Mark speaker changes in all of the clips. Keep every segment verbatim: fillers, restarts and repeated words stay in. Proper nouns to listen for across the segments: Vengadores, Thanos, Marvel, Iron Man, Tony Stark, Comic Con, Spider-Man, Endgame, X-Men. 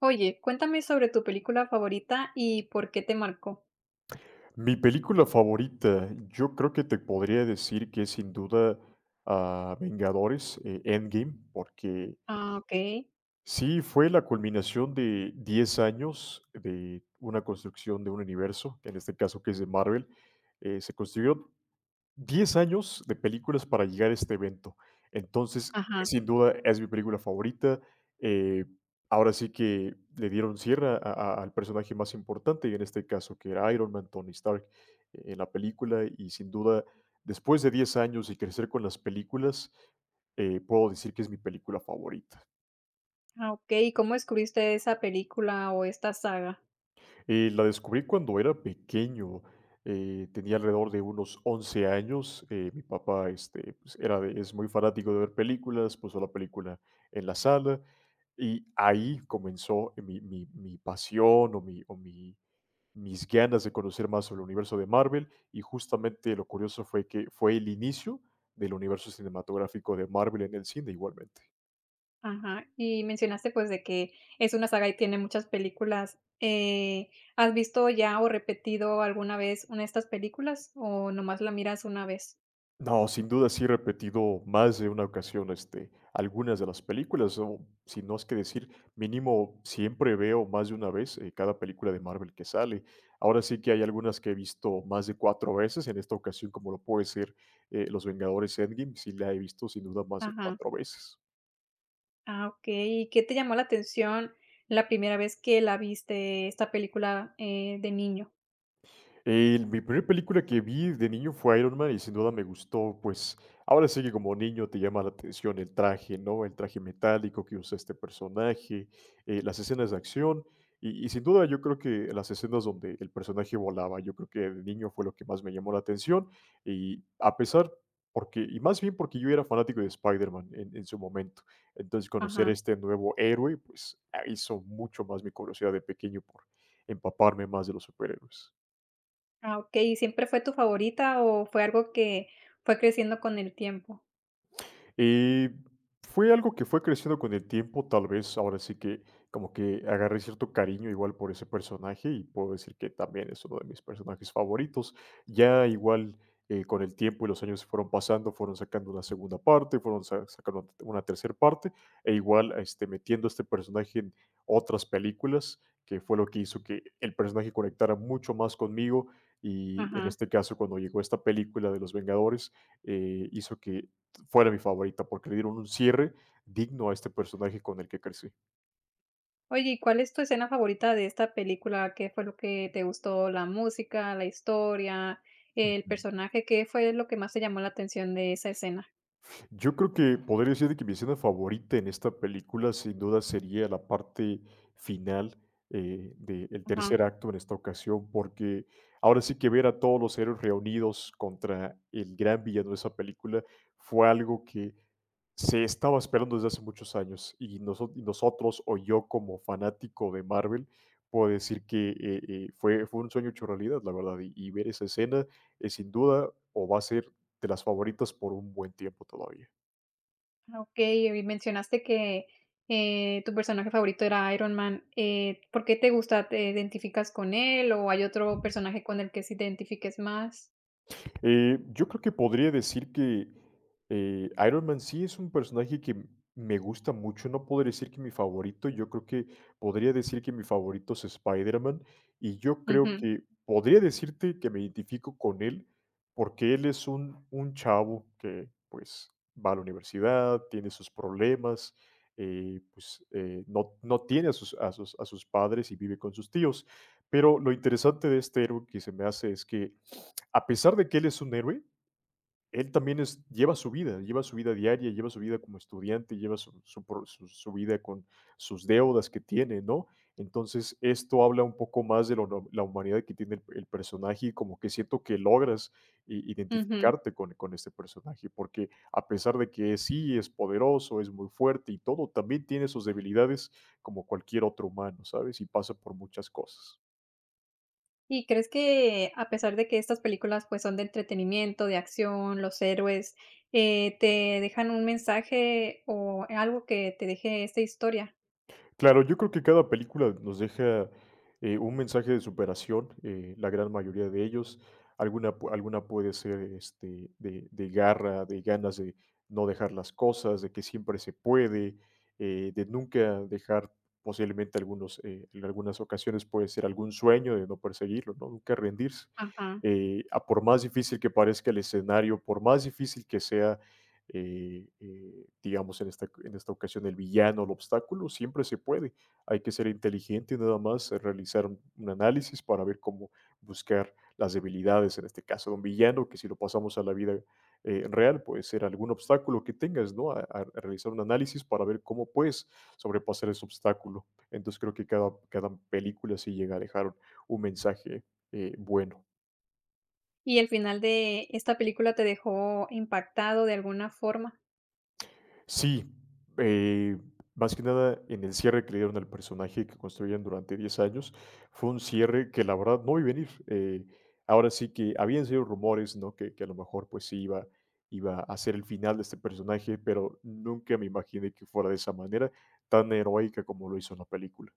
Speaker 1: Oye, cuéntame sobre tu película favorita y por qué te marcó.
Speaker 2: Mi película favorita, yo creo que te podría decir que es sin duda, ah, Vengadores, eh, Endgame, porque
Speaker 1: Ah, okey.
Speaker 2: sí fue la culminación de diez años de una construcción de un universo, que en este caso que es de Marvel. Eh, se construyó diez años de películas para llegar a este evento. Entonces,
Speaker 1: Ajá.
Speaker 2: sin duda, es mi película favorita. Eh, ahora sí que le dieron cierre a- a- al personaje más importante, y en este caso, que era Iron Man, Tony Stark, eh, en la película. Y sin duda, después de diez años y crecer con las películas, eh, puedo decir que es mi película favorita.
Speaker 1: Ah, okey. ¿Y cómo descubriste esa película o esta saga?
Speaker 2: Eh, la descubrí cuando era pequeño, eh, tenía alrededor de unos once años, eh, mi papá, este, pues, era de es muy fanático de ver películas, puso la película en la sala y ahí comenzó eh, mi mi mi pasión o mi o mi mis ganas de conocer más sobre el universo de Marvel, y justamente lo curioso fue que fue el inicio del universo cinematográfico de Marvel en el cine igualmente.
Speaker 1: Ajá. Y mencionaste, pues, de que es una saga y tiene muchas películas. Eh, ¿has visto ya o repetido alguna vez una de estas películas o nomás la miras una vez?
Speaker 2: No, sin duda sí he repetido más de una ocasión, este, algunas de las películas, o si no es que decir, mínimo siempre veo más de una vez, eh, cada película de Marvel que sale. Ahora sí que hay algunas que he visto más de cuatro veces, en esta ocasión como lo puede ser eh, Los Vengadores Endgame, sí la he visto sin duda más de
Speaker 1: Ajá.
Speaker 2: cuatro veces.
Speaker 1: Ah, okey. ¿Y qué te llamó la atención la primera vez que la viste, esta película, eh, de niño?
Speaker 2: Eh, mi primera película que vi de niño fue Iron Man y sin duda me gustó, pues ahora sí que como niño te llama la atención el traje, ¿no? El traje metálico que usa este personaje, eh, las escenas de acción y, y sin duda yo creo que las escenas donde el personaje volaba, yo creo que de niño fue lo que más me llamó la atención y a pesar, porque, y más bien porque yo era fanático de Spider-Man en, en su momento, entonces conocer a
Speaker 1: Ajá.
Speaker 2: este nuevo héroe pues hizo mucho más mi curiosidad de pequeño por empaparme más de los superhéroes.
Speaker 1: Ah, okey, ¿y siempre fue tu favorita o fue algo que fue creciendo con el tiempo?
Speaker 2: Y fue algo que fue creciendo con el tiempo, tal vez ahora sí que como que agarré cierto cariño igual por ese personaje y puedo decir que también es uno de mis personajes favoritos. Ya igual eh, con el tiempo y los años fueron pasando, fueron sacando una segunda parte, fueron sa- sacando una tercera parte e igual este, metiendo a este personaje en otras películas, que fue lo que hizo que el personaje conectara mucho más conmigo y en
Speaker 1: Ajá.
Speaker 2: este caso cuando llegó esta película de Los Vengadores, eh, hizo que fuera mi favorita, porque le dieron un cierre digno a este personaje con el que crecí.
Speaker 1: Oye, ¿y cuál es tu escena favorita de esta película? ¿Qué fue lo que te gustó? ¿La música, la historia, el
Speaker 2: Ujú.
Speaker 1: personaje? ¿Qué fue lo que más te llamó la atención de esa escena?
Speaker 2: Yo creo que podría decir de que mi escena favorita en esta película sin duda sería la parte final eh, del
Speaker 1: Ajá.
Speaker 2: tercer acto en esta ocasión, porque ahora sí que ver a todos los héroes reunidos contra el gran villano de esa película fue algo que se estaba esperando desde hace muchos años y, noso- y nosotros o yo como fanático de Marvel puedo decir que eh, eh, fue, fue un sueño hecho realidad, la verdad, y, y ver esa escena es sin duda o va a ser de las favoritas por un buen tiempo todavía.
Speaker 1: Ah, okey, y mencionaste que, eh, tu personaje favorito era Iron Man, eh, ¿por qué te gusta? ¿Te identificas con él o hay otro personaje con el que sí te identifiques más?
Speaker 2: Eh, yo creo que podría decir que eh, Iron Man sí es un personaje que m- me gusta mucho. No podría decir que mi favorito. Yo creo que podría decir que mi favorito es Spider-Man. Y yo creo
Speaker 1: Ujú,
Speaker 2: que podría decirte que me identifico con él porque él es un, un chavo que pues va a la universidad, tiene sus problemas, eh, pues eh, no, no tiene a sus, a sus, a sus padres y vive con sus tíos. Pero lo interesante de este héroe que se me hace es que, a pesar de que él es un héroe, él también es, lleva su vida, lleva su vida diaria, lleva su vida como estudiante, lleva su, su pro- su- su vida con sus deudas que tiene, ¿no? Entonces, esto habla un poco más de lo no- la humanidad que tiene el, el personaje y como que siento que logras i-
Speaker 1: ujú.
Speaker 2: identificarte con, con este personaje, porque a pesar de que sí es poderoso, es muy fuerte y todo, también tiene sus debilidades como cualquier otro humano, ¿sabes? Y pasa por muchas cosas.
Speaker 1: ¿Y crees que a pesar de que estas películas, pues, son de entretenimiento, de acción, los héroes, eh, te dejan un mensaje o algo que te deje esta historia?
Speaker 2: Claro, yo creo que cada película nos deja, eh, un mensaje de superación, eh, la gran mayoría de ellos. Alguna, pu- alguna puede ser este, de, de garra, de ganas de no dejar las cosas, de que siempre se puede, eh, de nunca dejar posiblemente algunos, eh, en algunas ocasiones puede ser algún sueño de no perseguirlo, ¿no? Nunca rendirse.
Speaker 1: Ajá.
Speaker 2: Eh, a por más difícil que parezca el escenario, por más difícil que sea eh, eh, digamos en esta, en esta ocasión el villano, el obstáculo, siempre se puede. Hay que ser inteligente nada más, eh, realizar un, un análisis para ver cómo buscar las debilidades, en este caso de un villano, que si lo pasamos a la vida eh, real, puede ser algún obstáculo que tengas, ¿no? A, a realizar un análisis para ver cómo puedes sobrepasar ese obstáculo. Entonces creo que cada, cada película sí llega a dejar un, un mensaje eh, bueno.
Speaker 1: ¿Y el final de esta película te dejó impactado de alguna forma?
Speaker 2: Sí, eh, más que nada en el cierre que le dieron al personaje que construían durante diez años, fue un cierre que la verdad no vi venir. Eh, ahora sí que habían sido rumores, ¿no? Que, que a lo mejor pues sí iba, iba a ser el final de este personaje, pero nunca me imaginé que fuera de esa manera, tan heroica como lo hizo en la película.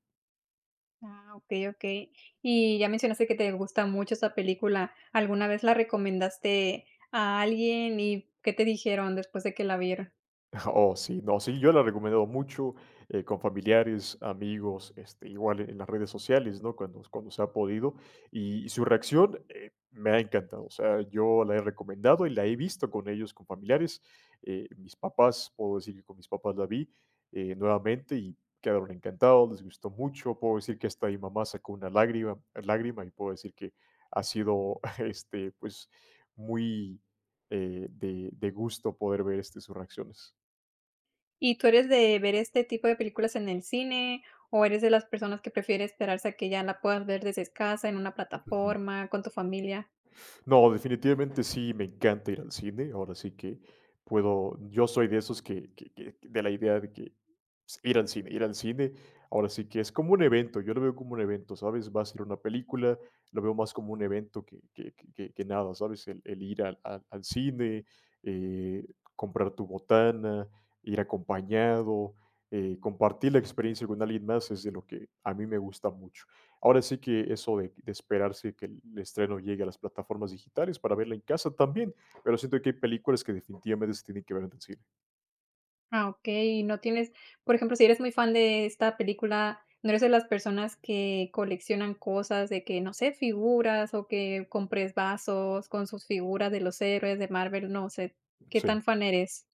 Speaker 1: Ah, okey, okey. Y ya mencionaste que te gusta mucho esta película, ¿alguna vez la recomendaste a alguien y qué te dijeron después de que la vieron?
Speaker 2: Oh, sí, no, sí, yo la he recomendado mucho eh, con familiares, amigos, este, igual en las redes sociales, ¿no? Cuando, cuando se ha podido. Y, su reacción eh, me ha encantado. O sea, yo la he recomendado y la he visto con ellos, con familiares. Eh, mis papás, puedo decir que con mis papás la vi eh, nuevamente y quedaron encantados, les gustó mucho. Puedo decir que hasta mi mamá sacó una lágrima, lágrima y puedo decir que ha sido, este, pues, muy eh, de, de gusto poder ver este, sus reacciones.
Speaker 1: ¿Y tú eres de ver este tipo de películas en el cine o eres de las personas que prefiere esperarse a que ya la puedas ver desde casa, en una
Speaker 2: Ujú.
Speaker 1: plataforma, con tu familia?
Speaker 2: No, definitivamente sí, me encanta ir al cine. Ahora sí que puedo, yo soy de esos que, que- que- que- de la idea de que pues, ir al cine, ir al cine, ahora sí que es como un evento, yo lo veo como un evento, ¿sabes? Va a ser una película, lo veo más como un evento que, que- que- que- que nada, ¿sabes? El, el ir al, al- al cine, eh, comprar tu botana, ir acompañado, eh, compartir la experiencia con alguien más es de lo que a mí me gusta mucho. Ahora sí que eso de, de esperarse que el estreno llegue a las plataformas digitales para verla en casa también, pero siento que hay películas que definitivamente se tienen que ver en el cine.
Speaker 1: Ah, ok. Y no tienes, por ejemplo, si eres muy fan de esta película, ¿no eres de las personas que coleccionan cosas de que, no sé, figuras o que compres vasos con sus figuras de los héroes de Marvel? No sé, ¿qué
Speaker 2: Sí.
Speaker 1: tan fan eres?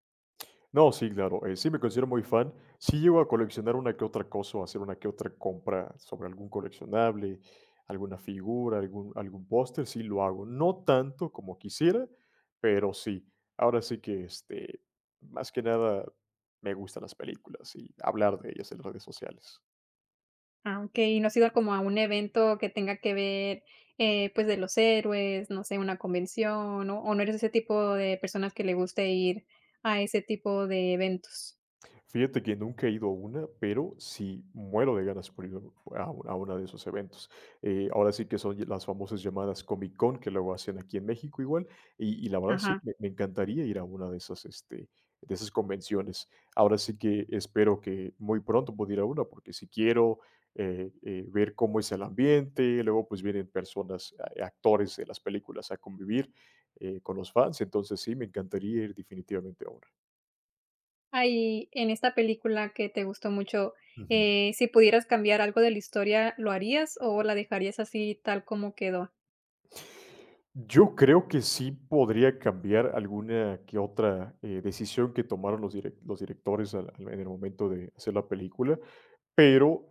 Speaker 2: No, sí, claro, eh, sí me considero muy fan. Sí llego a coleccionar una que otra cosa, o hacer una que otra compra sobre algún coleccionable, alguna figura, algún, algún póster, sí lo hago. No tanto como quisiera, pero sí. Ahora sí que, este, más que nada, me gustan las películas y hablar de ellas en redes sociales.
Speaker 1: Ah, okey, ¿y no has ido como a un evento que tenga que ver, eh, pues, de los héroes, no sé, una convención, o o no eres ese tipo de personas que le guste ir a ese tipo de eventos?
Speaker 2: Fíjate que nunca he ido a una, pero sí muero de ganas por ir a, un- a una de esos eventos. Eh, ahora sí que son las famosas llamadas Comic Con que luego hacen aquí en México igual, y, y la verdad sí,
Speaker 1: Ajá.
Speaker 2: me, me encantaría ir a una de esas, este, de esas convenciones. Ahora sí que espero que muy pronto pueda ir a una, porque si quiero eh, eh, ver cómo es el ambiente, luego pues vienen personas, a- actores de las películas a convivir eh, con los fans, entonces sí, me encantaría ir definitivamente a una.
Speaker 1: Ahí en esta película que te gustó mucho,
Speaker 2: Ujú.
Speaker 1: eh, si pudieras cambiar algo de la historia, ¿lo harías o la dejarías así tal como quedó?
Speaker 2: Yo creo que sí podría cambiar alguna que otra eh, decisión que tomaron los, direc- los directores al- al- en el momento de hacer la película, pero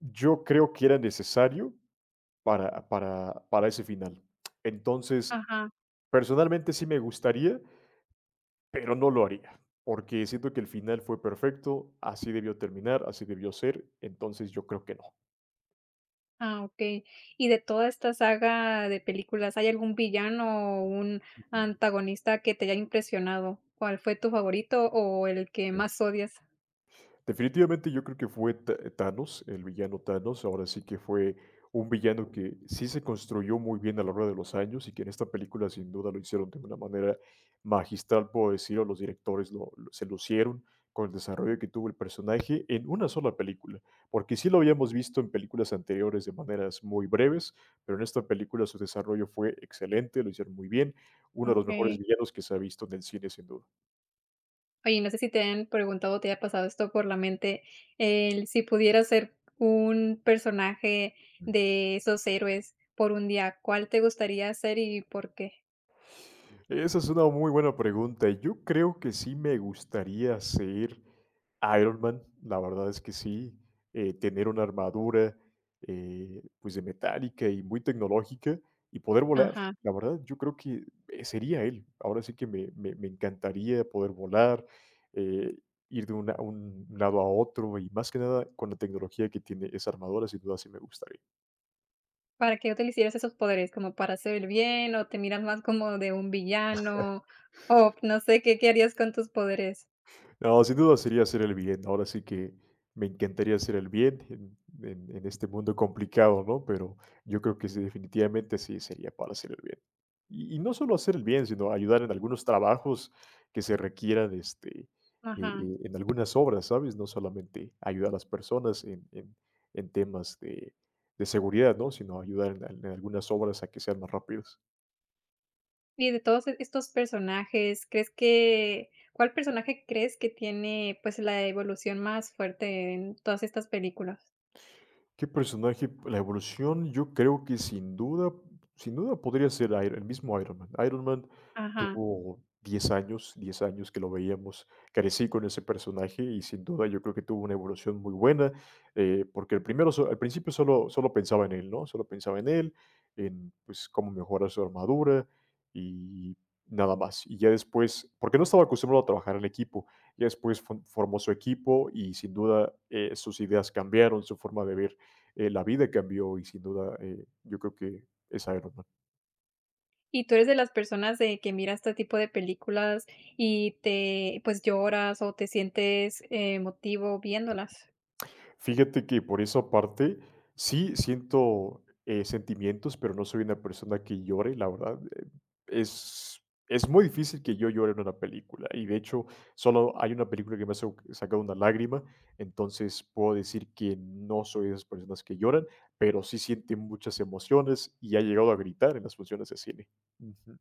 Speaker 2: yo creo que era necesario para, para, para ese final. Entonces,
Speaker 1: Ajá.
Speaker 2: personalmente sí me gustaría, pero no lo haría, porque siento que el final fue perfecto, así debió terminar, así debió ser, entonces yo creo que no.
Speaker 1: Ah, okey. Y de toda esta saga de películas, ¿hay algún villano o un
Speaker 2: Ujú,
Speaker 1: antagonista que te haya impresionado? ¿Cuál fue tu favorito o el que
Speaker 2: sí.
Speaker 1: más odias?
Speaker 2: Definitivamente yo creo que fue Ta- eh, Thanos, el villano Thanos, ahora sí que fue un villano que sí se construyó muy bien a lo largo de los años y que en esta película sin duda lo hicieron de una manera magistral, puedo decirlo, los directores lo, lo- se lucieron con el desarrollo que tuvo el personaje en una sola película, porque sí lo habíamos visto en películas anteriores de maneras muy breves, pero en esta película su desarrollo fue excelente, lo hicieron muy bien, uno de los mejores
Speaker 1: Okay.
Speaker 2: villanos que se ha visto en el cine sin duda.
Speaker 1: Oye, no sé si te han preguntado o te haya pasado esto por la mente, el si pudieras ser un personaje de esos héroes por un día, ¿cuál te gustaría ser y por qué?
Speaker 2: Esa es una muy buena pregunta. Yo creo que sí me gustaría ser Iron Man, la verdad es que sí, eh, tener una armadura eh, pues de metálica y muy tecnológica y poder volar.
Speaker 1: Ajá.
Speaker 2: La verdad, yo creo que eh, sería él. Ahora sí que me, me- me encantaría poder volar, eh, ir de una- un lado a otro y más que nada con la tecnología que tiene esa armadura, sin duda sí me gustaría.
Speaker 1: ¿Para qué utilizarías esos poderes? ¿Como para hacer el bien o te miras más como de un villano? O no sé, ¿qué qué harías con tus poderes?
Speaker 2: No, sin duda sería hacer el bien. Ahora sí que me encantaría hacer el bien en, en- en este mundo complicado, ¿no? Pero yo creo que sí, definitivamente sí sería para hacer el bien. Y, y no solo hacer el bien, sino ayudar en algunos trabajos que se requieran, este, eh,
Speaker 1: Ajá.
Speaker 2: eh, en algunas obras, ¿sabes? No solamente ayudar a las personas en, en- en temas de, de seguridad, ¿no? Sino ayudar en, en algunas obras a que sean más rápidas.
Speaker 1: Y de todos e estos personajes, ¿crees que cuál personaje crees que tiene, pues, la evolución más fuerte en todas estas películas?
Speaker 2: ¿Qué personaje? La evolución, yo creo que sin duda, sin duda podría ser Iron el mismo Iron Man. Iron Man
Speaker 1: Ajá.
Speaker 2: tuvo diez años, diez años que lo veíamos, crecí con ese personaje y sin duda yo creo que tuvo una evolución muy buena, eh, porque el primero, so- al principio solo, solo pensaba en él, ¿no? Solo pensaba en él, en pues cómo mejorar su armadura y nada más. Y ya después, porque no estaba acostumbrado a trabajar en equipo, ya después fo- formó su equipo y sin duda eh, sus ideas cambiaron, su forma de ver eh, la vida cambió y sin duda eh, yo creo que es Iron Man.
Speaker 1: ¿Y tú eres de las personas de que mira este tipo de películas y te, pues, lloras o te sientes eh, emotivo viéndolas?
Speaker 2: Fíjate que por esa parte sí siento eh, sentimientos, pero no soy una persona que llore, la verdad. eh, Es, es muy difícil que yo llore en una película y de hecho solo hay una película que me ha sau- sacado una lágrima, entonces puedo decir que no soy de esas personas que lloran, pero sí siente muchas emociones y ha llegado a gritar en las funciones de cine. Ujú.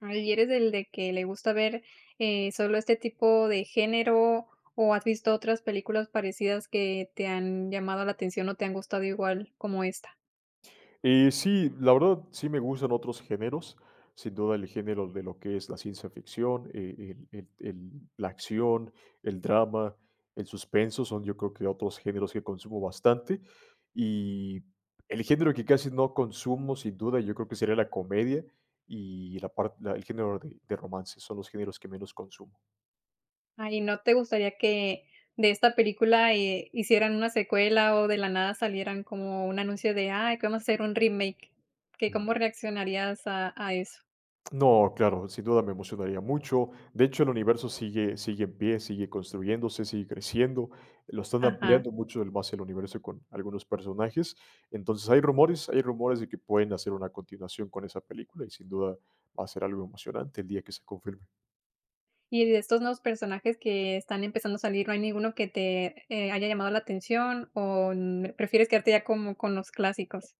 Speaker 1: Ah, ¿y eres del de que le gusta ver, eh, solo este tipo de género, o has visto otras películas parecidas que te han llamado la atención o te han gustado igual como esta?
Speaker 2: Eh, sí, la verdad sí me gustan otros géneros, sin duda el género de lo que es la ciencia ficción, eh, el, el- el- la acción, el drama, el suspenso, son yo creo que otros géneros que consumo bastante. Y el género que casi no consumo, sin duda, yo creo que sería la comedia y la par- la- el género de, de romance, son los géneros que menos consumo.
Speaker 1: Ah, ¿y no te gustaría que de esta película, eh, hicieran una secuela o de la nada salieran como un anuncio de: "Ay, que vamos a hacer un remake", que cómo reaccionarías a a eso?
Speaker 2: No, claro, sin duda me emocionaría mucho. De hecho, el universo sigue, sigue en pie, sigue construyéndose, sigue creciendo. Lo están
Speaker 1: Ajá.
Speaker 2: ampliando mucho el más el universo con algunos personajes. Entonces hay rumores, hay rumores de que pueden hacer una continuación con esa película y sin duda va a ser algo emocionante el día que se confirme.
Speaker 1: Y de estos nuevos personajes que están empezando a salir, ¿no hay ninguno que te, eh, haya llamado la atención o, mm, prefieres quedarte ya como con los clásicos?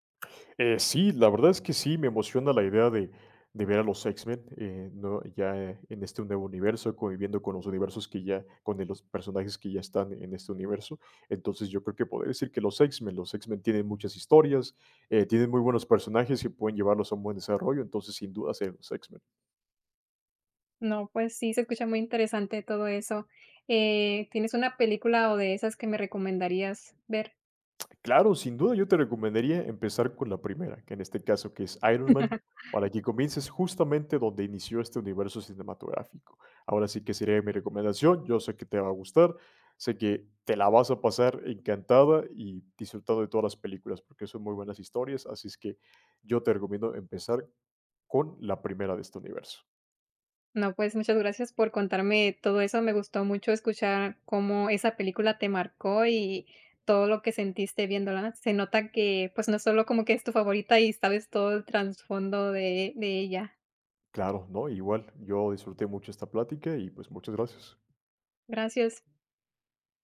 Speaker 2: Eh, sí, la verdad es que sí, me emociona la idea de, de ver a los X-Men eh, ¿no? ya eh, en este nuevo universo, conviviendo con los universos que ya, con de los personajes que ya están en este universo. Entonces yo creo que poder decir que los X-Men, los X-Men tienen muchas historias, eh, tienen muy buenos personajes que pueden llevarlos a un buen desarrollo, entonces sin duda ser los X-Men.
Speaker 1: No, pues sí, se escucha muy interesante todo eso. Eh, ¿tienes una película o de esas que me recomendarías ver?
Speaker 2: Claro, sin duda yo te recomendaría empezar con la primera, que en este caso que es Iron Man, para que comiences justamente donde inició este universo cinematográfico. Ahora sí que sería mi recomendación, yo sé que te va a gustar, sé que te la vas a pasar encantada y disfrutando de todas las películas, porque son muy buenas historias, así es que yo te recomiendo empezar con la primera de este universo.
Speaker 1: No, pues muchas gracias por contarme todo eso. Me gustó mucho escuchar cómo esa película te marcó y todo lo que sentiste viéndola. Se nota que pues no es solo como que es tu favorita y sabes todo el trasfondo de, de ella.
Speaker 2: Claro, ¿no? Igual, yo disfruté mucho esta plática y pues muchas gracias.
Speaker 1: Gracias.